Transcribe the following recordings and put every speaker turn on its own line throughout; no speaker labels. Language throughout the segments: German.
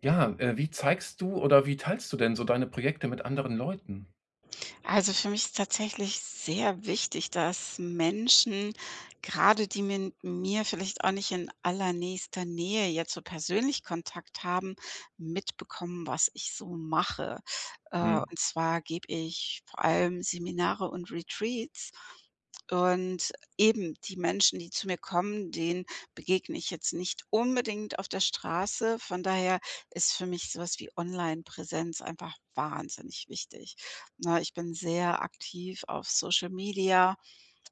Ja, wie zeigst du oder wie teilst du denn so deine Projekte mit anderen Leuten?
Also, für mich ist tatsächlich sehr wichtig, dass Menschen, gerade die mit mir vielleicht auch nicht in allernächster Nähe jetzt so persönlich Kontakt haben, mitbekommen, was ich so mache. Äh,
Mhm,
und zwar gebe ich vor allem Seminare und Retreats, und eben die Menschen, die zu mir kommen, denen begegne ich jetzt nicht unbedingt auf der Straße. Von daher ist für mich sowas wie Online-Präsenz einfach wahnsinnig wichtig. Na, ich bin sehr aktiv auf Social Media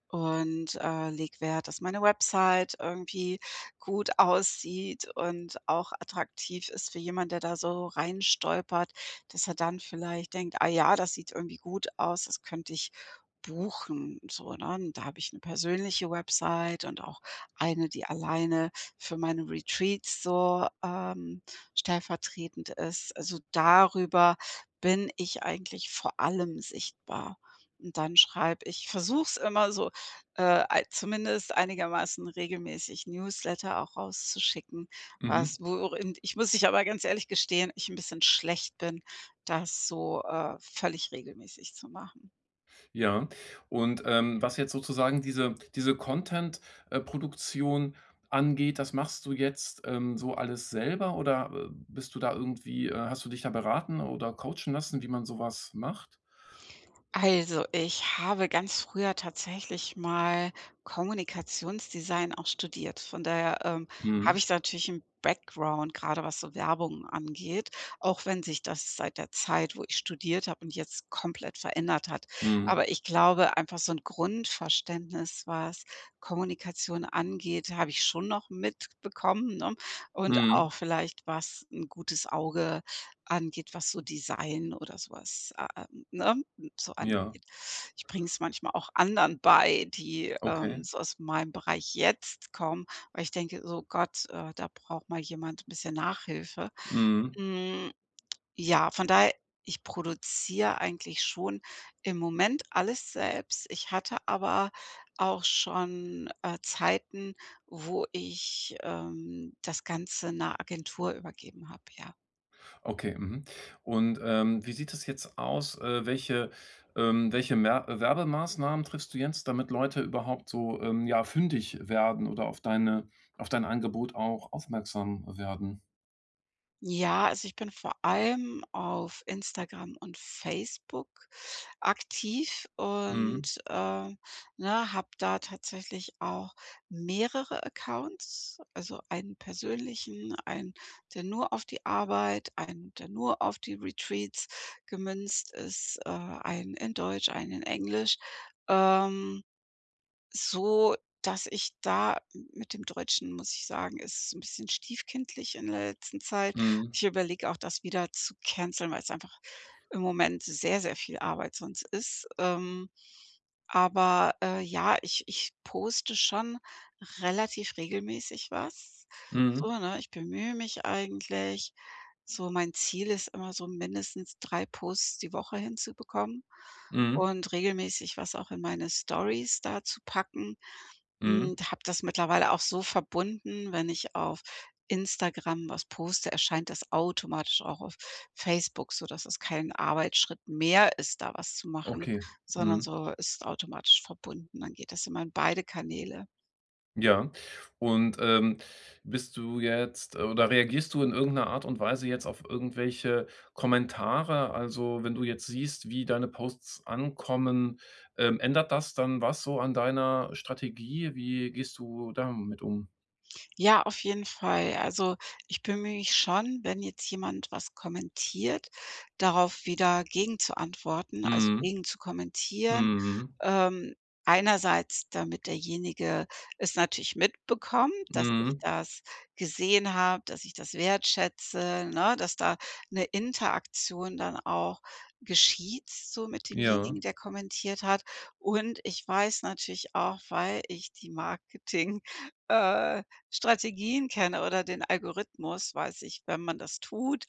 und, lege Wert, dass meine Website irgendwie gut aussieht und auch attraktiv ist für jemand, der da so reinstolpert, dass er dann vielleicht denkt: „Ah ja, das sieht irgendwie gut aus, das könnte ich buchen“, so, ne? Und da habe ich eine persönliche Website und auch eine, die alleine für meine Retreats so, stellvertretend ist. Also, darüber bin ich eigentlich vor allem sichtbar. Und dann schreibe ich versuche es immer so ei zumindest einigermaßen regelmäßig Newsletter auch rauszuschicken,
mhm,
was worin ich muss ich aber ganz ehrlich gestehen, ich ein bisschen schlecht bin, das so, völlig regelmäßig zu machen.
ja. Und, was jetzt sozusagen diese Content Produktion angeht, das machst du jetzt, so alles selber oder, bist du da irgendwie hast du dich da beraten oder coachen lassen, wie man sowas macht?
Also, ich habe ganz früher tatsächlich mal Kommunikationsdesign auch studiert. Von daher, habe
Mhm,
ich da natürlich einen Background, gerade was so Werbung angeht, auch wenn sich das seit der Zeit, wo ich studiert habe und jetzt, komplett verändert hat.
mhm,
Aber ich glaube, einfach so ein Grundverständnis, was Kommunikation angeht, habe ich schon noch mitbekommen, ne? Und
mhm,
auch vielleicht, was ein gutes Auge angeht, was so Design oder so was, ne? so
ja,
angeht. Ich bringe es manchmal auch anderen bei, die,
okay.
so aus meinem Bereich jetzt kommen, weil ich denke: „So Gott, da braucht mal jemand ein bisschen Nachhilfe.“
Mhm.
Hm, ja, von daher, ich produziere eigentlich schon im Moment alles selbst. Ich hatte aber auch schon, Zeiten, wo ich, das Ganze 'ner Agentur übergeben habe, ja.
Okay, mhm. Und, wie sieht es jetzt aus? Welche welche Mer Werbemaßnahmen triffst du jetzt, damit Leute überhaupt so, ja, fündig werden oder auf deine auf dein Angebot auch aufmerksam werden?
Ja, also ich bin vor allem auf Instagram und Facebook aktiv
Mhm.
und, äh, ne, habe da tatsächlich auch mehrere Accounts, also einen persönlichen, einen, der nur auf die Arbeit, einen, der nur auf die Retreats gemünzt ist, einen in Deutsch, einen in Englisch. Ähm so, dass ich da mit dem Deutschen, muss ich sagen, ist ein bisschen stiefkindlich in der letzten Zeit.
Mhm.
Ich überlege auch, das wieder zu canceln, weil es einfach im Moment sehr, sehr viel Arbeit sonst ist. Aber ja, ich poste schon relativ regelmäßig was.
Mhm.
So, ne? Ich bemühe mich eigentlich. So, mein Ziel ist immer so mindestens 3 Posts die Woche hinzubekommen
Mhm.
und regelmäßig was auch in meine Stories da zu packen,
Mhm.
und habe das mittlerweile auch so verbunden: wenn ich auf Instagram was poste, erscheint das automatisch auch auf Facebook, sodass es kein Arbeitsschritt mehr ist, da was zu machen,
Okay.
sondern
Mhm.
so ist automatisch verbunden. Dann geht das immer in beide Kanäle.
Ja. Und, bist du jetzt oder reagierst du in irgendeiner Art und Weise jetzt auf irgendwelche Kommentare? Also, wenn du jetzt siehst, wie deine Posts ankommen, ändert das dann was so an deiner Strategie? Wie gehst du damit um?
Ja, auf jeden Fall. Also, ich bemühe mich schon, wenn jetzt jemand was kommentiert, darauf wieder gegen zu antworten, also
Mhm.
gegenzukommentieren.
Mhm.
Ähm, Einerseits, damit derjenige es natürlich mitbekommt, dass ich
Mhm.
das gesehen habe, dass ich das wertschätze, ne, dass da eine Interaktion dann auch geschieht, so mit demjenigen,
Ja.
der kommentiert hat. Und ich weiß natürlich auch, weil ich die Marketing äh, Strategien kenne oder den Algorithmus, weiß ich, wenn man das tut,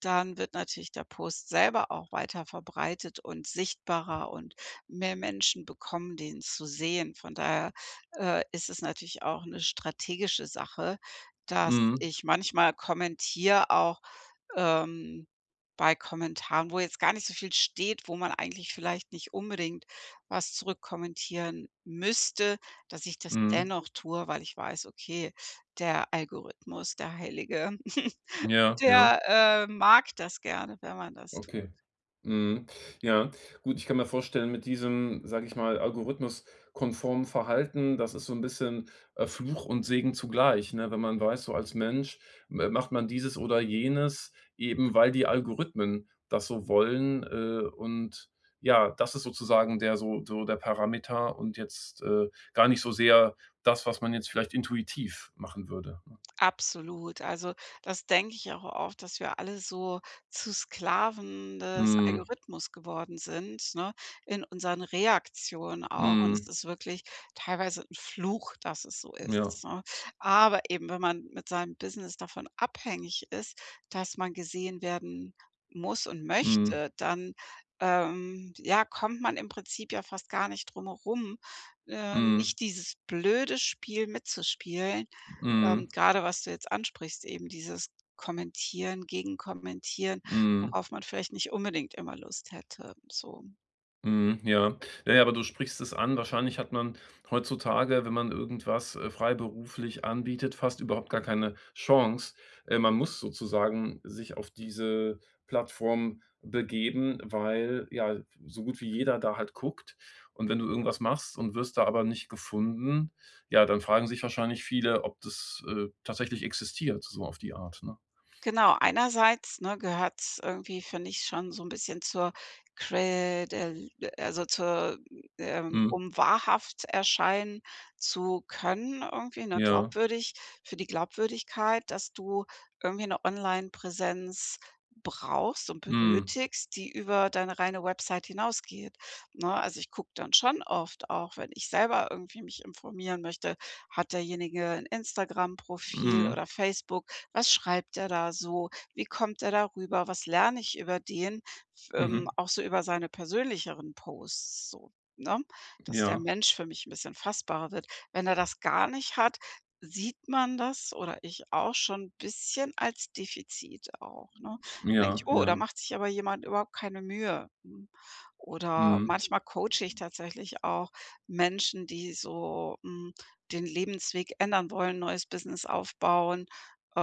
dann wird natürlich der Post selber auch weiter verbreitet und sichtbarer, und mehr Menschen bekommen den zu sehen. Von daher, ist es natürlich auch eine strategische Sache, dass
Mhm.
ich manchmal kommentiere auch, ähm, bei Kommentaren, wo jetzt gar nicht so viel steht, wo man eigentlich vielleicht nicht unbedingt was zurückkommentieren müsste, dass ich das
Mhm.
dennoch tue, weil ich weiß, okay, der Algorithmus, der Heilige,
Ja, ja.
der, mag das gerne, wenn man das tut.
Okay. Mhm. Ja, gut, ich kann mir vorstellen, mit diesem, sage ich mal, algorithmuskonformen Verhalten, das ist so ein bisschen, Fluch und Segen zugleich, ne? Wenn man weiß, so als Mensch m macht man dieses oder jenes eben, weil die Algorithmen das so wollen, und ja, das ist sozusagen der so der Parameter und jetzt, gar nicht so sehr das, was man jetzt vielleicht intuitiv machen würde, ne?
Absolut. Also, das denke ich auch oft, dass wir alle so zu Sklaven des
Mhm,
Algorithmus geworden sind, ne, in unseren Reaktionen auch. Und es
mhm,
ist wirklich teilweise ein Fluch, dass es so
ja,
ist, ne? Aber eben, wenn man mit seinem Business davon abhängig ist, dass man gesehen werden muss und
mhm,
möchte, dann, ja, kommt man im Prinzip ja fast gar nicht drum herum,
mhm,
nicht dieses blöde Spiel mitzuspielen,
mhm,
grade was du jetzt ansprichst, eben dieses Kommentieren, Gegenkommentieren,
mhm.
worauf man vielleicht nicht unbedingt immer Lust hätte, so.
Mhm, ja. Ja, ja, aber du sprichst es an. Wahrscheinlich hat man heutzutage, wenn man irgendwas, freiberuflich anbietet, fast überhaupt gar keine Chance. Man muss sozusagen sich auf diese Plattform begeben, weil, ja, so gut wie jeder da halt guckt. Und wenn du irgendwas machst und wirst da aber nicht gefunden, ja, dann fragen sich wahrscheinlich viele, ob das, tatsächlich existiert, so auf die Art, ne?
Genau, einerseits, ne, gehört's irgendwie, finde ich, schon so ein bisschen zur Credel, also zur
Mhm.
um wahrhaft erscheinen zu können irgendwie, ne,
Ja.
glaubwürdig, für die Glaubwürdigkeit, dass du irgendwie 'ne Onlinepräsenz brauchst und
Mhm.
benötigst, die über deine reine Website hinausgeht, ne? Also, ich gucke dann schon oft auch, wenn ich selber irgendwie mich informieren möchte: hat derjenige ein Instagram-Profil
Mhm.
oder Facebook? Was schreibt er da so? Wie kommt er darüber? Was lerne ich über den? F
Mhm.
Auch so über seine persönlicheren Posts so, ne? Dass der
Ja.
Mensch für mich ein bisschen fassbarer wird. Wenn er das gar nicht hat, sieht man das, oder ich, auch schon 'n bisschen als Defizit auch, ne? Dann denke
Ja,
ich: „Oh, da
ja.
macht sich aber jemand überhaupt keine Mühe.“ Oder
Mhm.
manchmal coache ich tatsächlich auch Menschen, die so, den Lebensweg ändern wollen, neues Business aufbauen,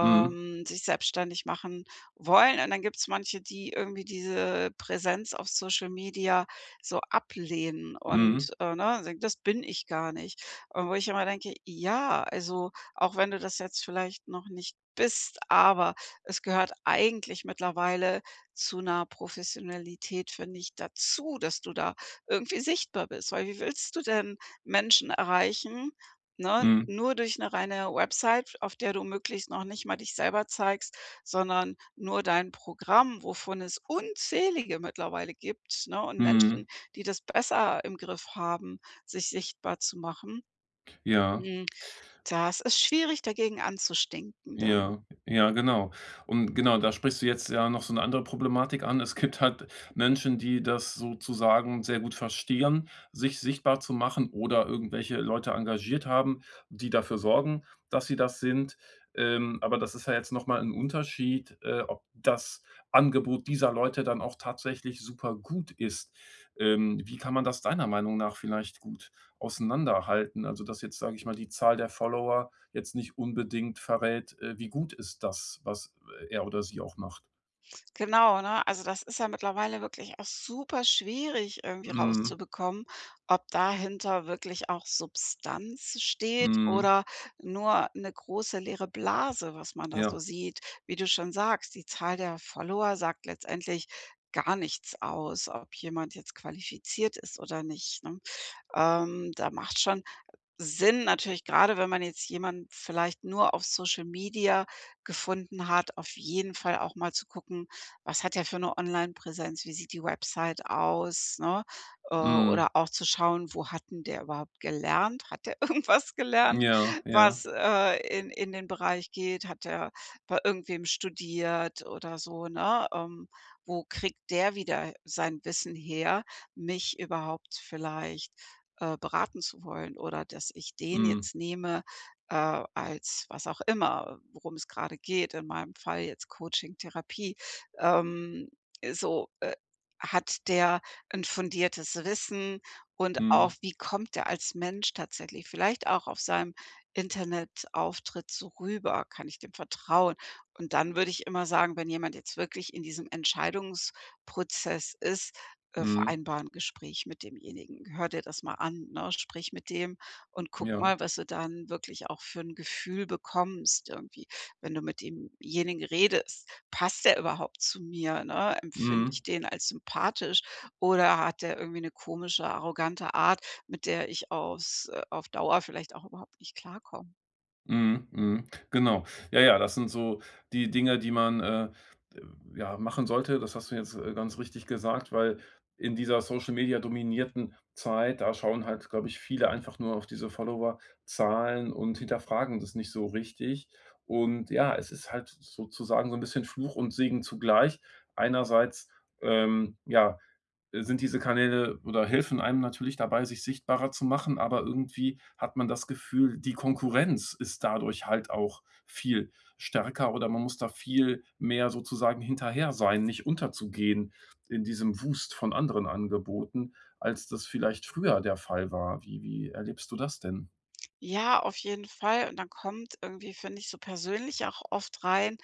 Mhm.
sich selbstständig machen wollen. Und dann gibt es manche, die irgendwie diese Präsenz auf Social Media so ablehnen
Mhm.
und, ne, sagen: „Das bin ich gar nicht.“ Und wo ich immer denke: „Ja, also, auch wenn du das jetzt vielleicht noch nicht bist, aber es gehört eigentlich mittlerweile zu einer Professionalität, finde ich, dazu, dass du da irgendwie sichtbar bist.“ Weil wie willst du denn Menschen erreichen, ne?
Mhm.
Nur durch eine reine Website, auf der du möglichst noch nicht mal dich selber zeigst, sondern nur dein Programm, wovon es unzählige mittlerweile gibt, ne, und Menschen,
Mhm.
die das besser im Griff haben, sich sichtbar zu machen.
Ja,
Hm, Das ist schwierig, dagegen anzustinken dann.
Ja, ja, genau. Und genau, da sprichst du jetzt ja noch so eine andere Problematik an. Es gibt halt Menschen, die das sozusagen sehr gut verstehen, sich sichtbar zu machen oder irgendwelche Leute engagiert haben, die dafür sorgen, dass sie das sind. Aber das ist ja jetzt noch mal 'n Unterschied, ob das Angebot dieser Leute dann auch tatsächlich super gut ist. Wie kann man das deiner Meinung nach vielleicht gut auseinanderhalten? Also, dass jetzt, sage ich mal, die Zahl der Follower jetzt nicht unbedingt verrät, wie gut ist das, was er oder sie auch macht.
Genau, ne? Also, das ist ja mittlerweile wirklich auch super schwierig irgendwie
Mhm,
rauszubekommen, ob dahinter wirklich auch Substanz steht
mhm,
oder nur eine große leere Blase, was man da so
ja,
sieht. Wie du schon sagst, die Zahl der Follower sagt letztendlich gar nichts aus, ob jemand jetzt qualifiziert ist oder nicht, ne? Da macht schon Sinn natürlich, gerade wenn man jetzt jemanden vielleicht nur auf Social Media gefunden hat, auf jeden Fall auch mal zu gucken, was hat er für 'ne Onlinepräsenz, wie sieht die Website aus, ne?
mhm,
Oder auch zu schauen, wo hat denn der überhaupt gelernt? Hat der irgendwas gelernt,
ja, ja,
was, in den Bereich geht? Hat er bei irgendwem studiert oder so, ne? Wo kriegt der wieder sein Wissen her, mich überhaupt vielleicht beraten zu wollen, oder dass ich den
mhm,
jetzt nehme, als was auch immer, worum es gerade geht, in meinem Fall jetzt Coaching, Therapie. Ähm, so, äh, Hat der ein fundiertes Wissen, und auch,
mhm,
wie kommt er als Mensch tatsächlich vielleicht auch auf seinem Internetauftritt so rüber? Kann ich dem vertrauen? Und dann würde ich immer sagen, wenn jemand jetzt wirklich in diesem Entscheidungsprozess ist,
mhm,
vereinbar Gespräch mit demjenigen. Hör dir das mal an, ne? Sprich mit dem und guck
ja,
mal, was du dann wirklich auch für ein Gefühl bekommst irgendwie, wenn du mit demjenigen redest. Passt der überhaupt zu mir, ne? Empfinde
mhm.
ich den als sympathisch, oder hat der irgendwie eine komische, arrogante Art, mit der ich auf Dauer vielleicht auch überhaupt nicht klarkomme?
Mhm, mhm, genau. Ja, ja, das sind so die Dinge, die man, äh, ja, machen sollte. Das hast du jetzt, ganz richtig gesagt, weil in dieser Social-Media-dominierten Zeit, da schauen halt, glaube ich, viele einfach nur auf diese Follower-Zahlen und hinterfragen das nicht so richtig. Und ja, es ist halt sozusagen so ein bisschen Fluch und Segen zugleich. Einerseits, ja, sind diese Kanäle oder helfen einem natürlich dabei, sich sichtbarer zu machen, aber irgendwie hat man das Gefühl, die Konkurrenz ist dadurch halt auch viel stärker oder man muss da viel mehr sozusagen hinterher sein, nicht unterzugehen in diesem Wust von anderen Angeboten, als das vielleicht früher der Fall war. Wie erlebst du das denn?
Ja, auf jeden Fall. Und dann kommt irgendwie, finde ich, so persönlich auch oft rein.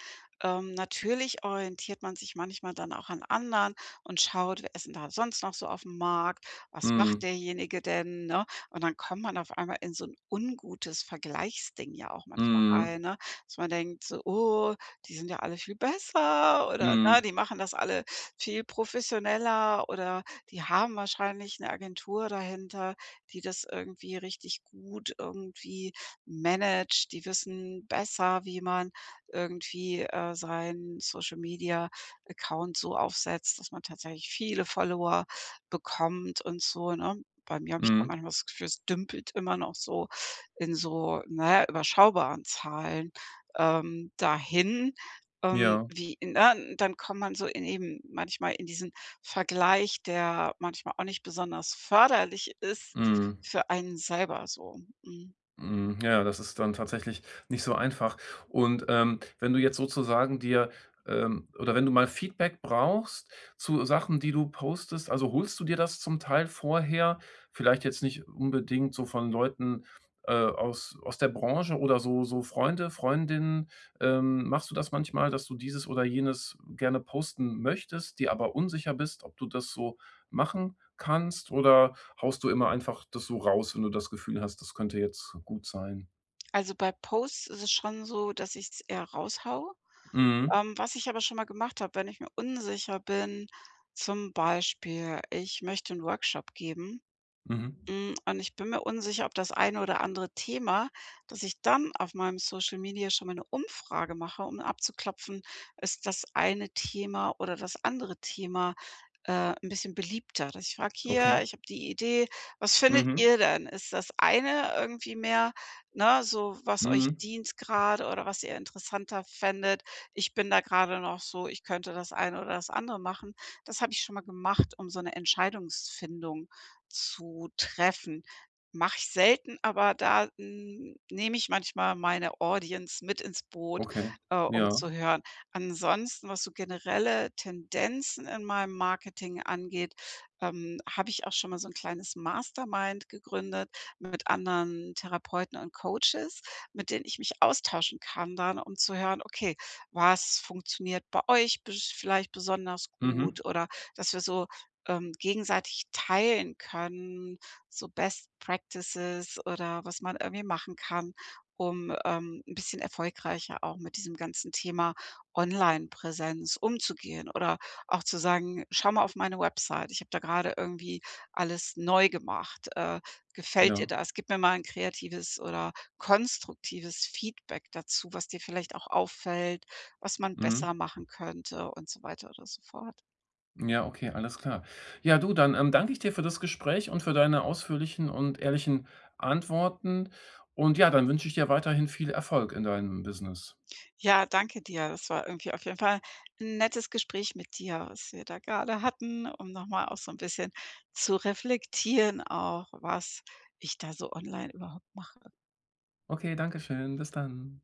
Natürlich orientiert man sich manchmal dann auch an anderen und schaut, wer ist denn da sonst noch so auf dem Markt? Was macht
Mhm.
derjenige denn? Ne? Und dann kommt man auf einmal in so ein ungutes Vergleichsding ja auch manchmal
Mhm.
rein, ne? Dass man denkt so: oh, die sind ja alle viel besser, oder na,
Mhm.
die machen das alle viel professioneller, oder die haben wahrscheinlich eine Agentur dahinter, die das irgendwie richtig gut irgendwie managt. Die wissen besser, wie man irgendwie, seinen Social-Media-Account so aufsetzt, dass man tatsächlich viele Follower bekommt und so, ne? Bei mir habe ich da
Mhm.
manchmal das Gefühl, es dümpelt immer noch so in so, na ja, überschaubaren Zahlen, dahin. Ähm,
Ja.
wie ne, dann kommt man so in, eben manchmal, in diesen Vergleich, der manchmal auch nicht besonders förderlich ist,
Mhm.
für einen selber so. Mhm.
Mhm, ja, das ist dann tatsächlich nicht so einfach. Und, wenn du jetzt sozusagen dir, oder wenn du mal Feedback brauchst zu Sachen, die du postest, also holst du dir das zum Teil vorher? Vielleicht jetzt nicht unbedingt so von Leuten, aus der Branche oder so Freunde, Freundinnen. Machst du das manchmal, dass du dieses oder jenes gerne posten möchtest, dir aber unsicher bist, ob du das so machen kannst? Oder haust du immer einfach das so raus, wenn du das Gefühl hast, das könnte jetzt gut sein?
Also, bei Posts ist es schon so, dass ich es eher raushaue.
Mhm.
Was ich aber schon mal gemacht habe, wenn ich mir unsicher bin, zum Beispiel, ich möchte einen Workshop geben,
Mhm.
Und ich bin mir unsicher, ob das eine oder andere Thema, dass ich dann auf meinem Social Media schon mal 'ne Umfrage mache, um abzuklopfen, ist das eine Thema oder das andere Thema, 'n bisschen beliebter. Dass ich frage:
Okay.
„Hier, ich habe die Idee, was findet
Mhm.
ihr denn? Ist das eine irgendwie mehr, ne, so was euch
Mhm.
dient gerade, oder was ihr interessanter fändet? Ich bin da gerade noch so, ich könnte das eine oder das andere machen.“ Das habe ich schon mal gemacht, um so eine Entscheidungsfindung zu treffen. Mache ich selten, aber da, nehme ich manchmal meine Audience mit ins Boot,
Okay.
um
Ja.
zu hören. Ansonsten, was so generelle Tendenzen in meinem Marketing angeht, habe ich auch schon mal so ein kleines Mastermind gegründet mit anderen Therapeuten und Coaches, mit denen ich mich austauschen kann dann, um zu hören: „Okay, was funktioniert bei euch besch vielleicht besonders
Mhm.
gut?“ Oder dass wir so gegenseitig teilen können, so Best Practices oder was man irgendwie machen kann, um, 'n bisschen erfolgreicher auch mit diesem ganzen Thema Onlinepräsenz umzugehen, oder auch zu sagen: „Schau mal auf meine Website. Ich habe da gerade irgendwie alles neu gemacht. Gefällt dir
Ja.
das? Gib mir mal ein kreatives oder konstruktives Feedback dazu, was dir vielleicht auch auffällt, was man
Mhm.
besser machen könnte“ und so weiter oder so fort.
Ja, okay, alles klar. Ja, du, dann, danke ich dir für das Gespräch und für deine ausführlichen und ehrlichen Antworten. Und ja, dann wünsche ich dir weiterhin viel Erfolg in deinem Business.
Ja, danke dir. Das war irgendwie auf jeden Fall ein nettes Gespräch mit dir, was wir da gerade hatten, um noch mal auch so ein bisschen zu reflektieren auch, was ich da so online überhaupt mache.
Okay, danke schön. Bis dann.